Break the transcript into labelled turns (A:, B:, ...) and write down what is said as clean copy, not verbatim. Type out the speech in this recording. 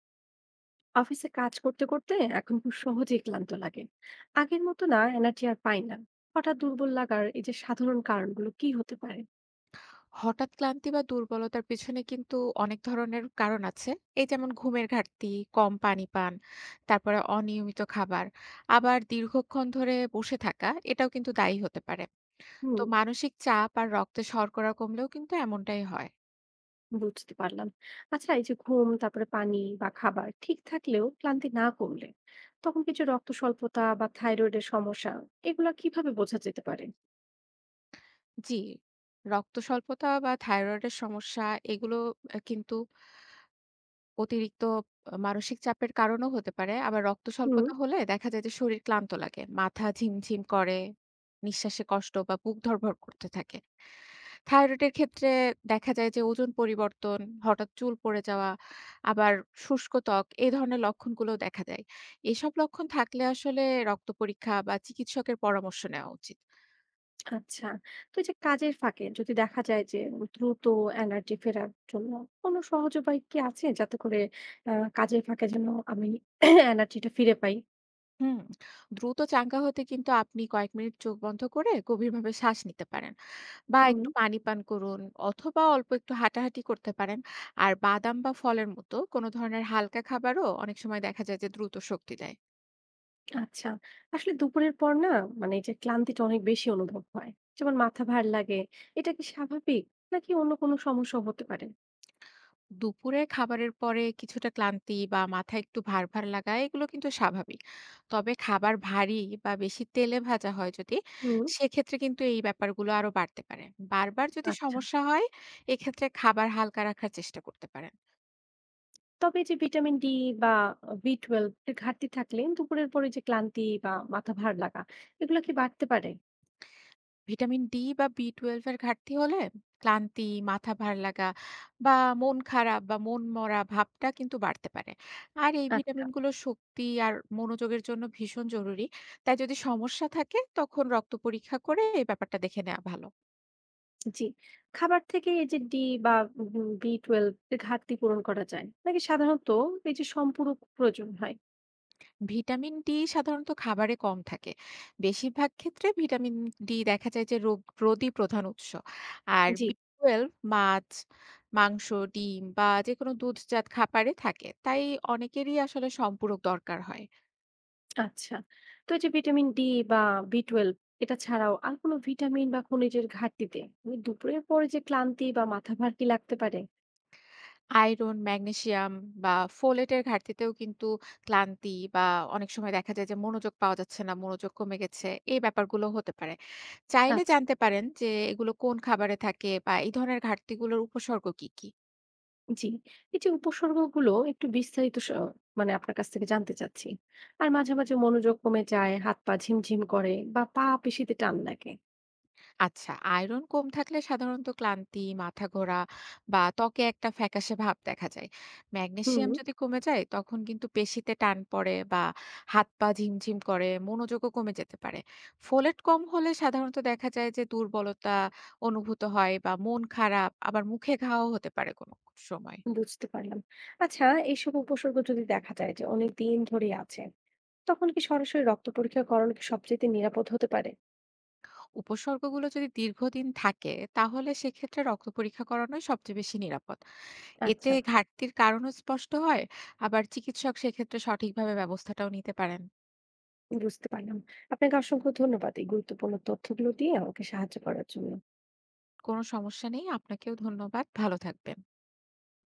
A: অফিসে কাজ করতে করতে এখন খুব সহজেই ক্লান্ত লাগে। আগের মতো না, এনার্জি আর পাই না। হঠাৎ দুর্বল লাগার এই যে সাধারণ কারণগুলো কি হতে পারে?
B: হঠাৎ ক্লান্তি বা দুর্বলতার পেছনে কিন্তু অনেক ধরনের কারণ আছে। এই যেমন ঘুমের ঘাটতি, কম পানি পান, তারপরে অনিয়মিত খাবার, আবার দীর্ঘক্ষণ ধরে বসে থাকা এটাও কিন্তু দায়ী হতে পারে। তো
A: হুম,
B: মানসিক চাপ আর রক্তে শর্করা কমলেও কিন্তু এমনটাই হয়।
A: বুঝতে পারলাম। আচ্ছা, এই যে ঘুম তারপরে পানি বা খাবার ঠিক থাকলেও ক্লান্তি না কমলে তখন কিছু রক্ত স্বল্পতা বা থাইরয়েডের সমস্যা, এগুলা কিভাবে বোঝা যেতে পারে?
B: জি, রক্ত স্বল্পতা বা থাইরয়েডের সমস্যা এগুলো কিন্তু অতিরিক্ত মানসিক চাপের কারণেও হতে পারে। আবার রক্ত
A: হুম,
B: স্বল্পতা হলে দেখা যায় যে শরীর ক্লান্ত লাগে। মাথা ঝিমঝিম করে, নিঃশ্বাসে কষ্ট বা বুক ধড়ফড় করতে থাকে। থাইরয়েডের ক্ষেত্রে দেখা যায় যে ওজন পরিবর্তন, হঠাৎ চুল পড়ে যাওয়া, আবার শুষ্ক ত্বক এই ধরনের লক্ষণগুলোও দেখা যায়। এসব লক্ষণ থাকলে আসলে রক্ত পরীক্ষা বা চিকিৎসকের পরামর্শ নেওয়া উচিত।
A: আচ্ছা। তো এই যে কাজের ফাঁকে যদি দেখা যায় যে দ্রুত এনার্জি ফেরার জন্য কোনো সহজ উপায় কি আছে? যাতে করে আ কাজের ফাঁকে যেন আমি এনার্জিটা ফিরে পাই?
B: হুম, দ্রুত চাঙ্গা হতে কিন্তু আপনি কয়েক মিনিট চোখ বন্ধ করে গভীরভাবে শ্বাস নিতে পারেন। বা
A: হুম,
B: একটু পানি পান করুন অথবা অল্প একটু হাঁটাহাঁটি করতে পারেন। আর বাদাম বা ফলের মতো কোনো ধরনের হালকা খাবারও অনেক সময় দেখা যায় যে দ্রুত শক্তি দেয়।
A: আচ্ছা। আসলে দুপুরের পর না, মানে এই যে ক্লান্তিটা অনেক বেশি অনুভব হয়। যেমন মাথা ভার লাগে। এটা কি স্বাভাবিক? নাকি অন্য কোনো সমস্যা হতে পারে?
B: দুপুরে খাবারের পরে কিছুটা ক্লান্তি বা মাথা একটু ভার লাগা এগুলো কিন্তু স্বাভাবিক। তবে খাবার ভারী বা বেশি তেলে ভাজা হয় যদি,
A: হুম,
B: সেক্ষেত্রে কিন্তু এই ব্যাপারগুলো আরো বাড়তে পারে। বারবার যদি
A: আচ্ছা।
B: সমস্যা হয়, এক্ষেত্রে খাবার হালকা রাখার চেষ্টা করতে পারেন।
A: তবে এই যে ভিটামিন ডি বা B12 এর ঘাটতি থাকলে দুপুরের পরে যে ক্লান্তি বা মাথা ভার লাগা এগুলা কি বাড়তে পারে?
B: ভিটামিন ডি বা বি-12 এর ঘাটতি হলে ক্লান্তি, মাথা ভার লাগা বা মন খারাপ বা মন মরা ভাবটা কিন্তু বাড়তে পারে। আর এই
A: আচ্ছা,
B: ভিটামিনগুলো শক্তি আর মনোযোগের জন্য ভীষণ জরুরি। তাই যদি সমস্যা থাকে তখন রক্ত পরীক্ষা করে এই ব্যাপারটা দেখে নেওয়া ভালো।
A: জি। খাবার থেকে এই যে ডি বা B12 এর ঘাটতি পূরণ করা যায়? নাকি সাধারণত এই যে সম্পূরক প্রয়োজন হয়?
B: ভিটামিন ডি সাধারণত খাবারে কম থাকে। বেশিরভাগ ক্ষেত্রে ভিটামিন ডি দেখা যায় যে রোদই প্রধান উৎস। আর
A: জি,
B: B12 মাছ, মাংস, ডিম বা যেকোনো দুধজাত খাবারে থাকে। তাই অনেকেরই আসলে সম্পূরক দরকার হয়।
A: আচ্ছা। তো এই যে ভিটামিন ডি বা B12 এটা ছাড়াও আর কোনো ভিটামিন বা খনিজের ঘাটতিতে মানে দুপুরের পরে যে ক্লান্তি বা মাথা ভার কি লাগতে পারে?
B: আয়রন, ম্যাগনেসিয়াম বা ফোলেটের ঘাটতিতেও কিন্তু ক্লান্তি বা অনেক সময় দেখা যায় যে মনোযোগ পাওয়া যাচ্ছে না, মনোযোগ কমে গেছে। এই ব্যাপারগুলো হতে পারে। চাইলে
A: আচ্ছা,
B: জানতে পারেন যে এগুলো কোন খাবারে থাকে বা এই ধরনের ঘাটতিগুলোর উপসর্গ কী, কী?
A: জি। এই যে উপসর্গগুলো একটু বিস্তারিত মানে আপনার কাছ থেকে জানতে চাচ্ছি। আর মাঝে মাঝে মনোযোগ কমে যায়, হাত পা ঝিমঝিম করে বা পা পেশিতে টান লাগে।
B: আচ্ছা, আয়রন কম থাকলে সাধারণত ক্লান্তি, মাথা ঘোরা বা ত্বকে একটা ফ্যাকাশে ভাব দেখা যায়।
A: হুম,
B: ম্যাগনেসিয়াম যদি কমে যায় তখন কিন্তু পেশিতে টান পড়ে বা হাত-পা ঝিমঝিম করে, মনোযোগও কমে যেতে পারে। ফোলেট কম হলে সাধারণত দেখা যায় যে দুর্বলতা অনুভূত হয় বা মন খারাপ, আবার মুখে ঘাও হতে পারে কোনো সময়।
A: বুঝতে পারলাম। আচ্ছা, এইসব উপসর্গ যদি দেখা যায় যে অনেক দিন ধরেই আছে, তখন কি সরাসরি রক্ত পরীক্ষা করানো কি সবচাইতে নিরাপদ হতে পারে?
B: উপসর্গগুলো যদি দীর্ঘদিন থাকে তাহলে সেক্ষেত্রে রক্ত পরীক্ষা করানোই সবচেয়ে বেশি নিরাপদ। এতে
A: আচ্ছা,
B: ঘাটতির কারণও স্পষ্ট হয়। আবার চিকিৎসক সেক্ষেত্রে সঠিকভাবে ব্যবস্থাটাও নিতে পারেন।
A: বুঝতে পারলাম। আপনাকে অসংখ্য ধন্যবাদ এই গুরুত্বপূর্ণ তথ্যগুলো দিয়ে আমাকে সাহায্য করার জন্য।
B: কোনো সমস্যা নেই। আপনাকেও ধন্যবাদ, ভালো থাকবেন।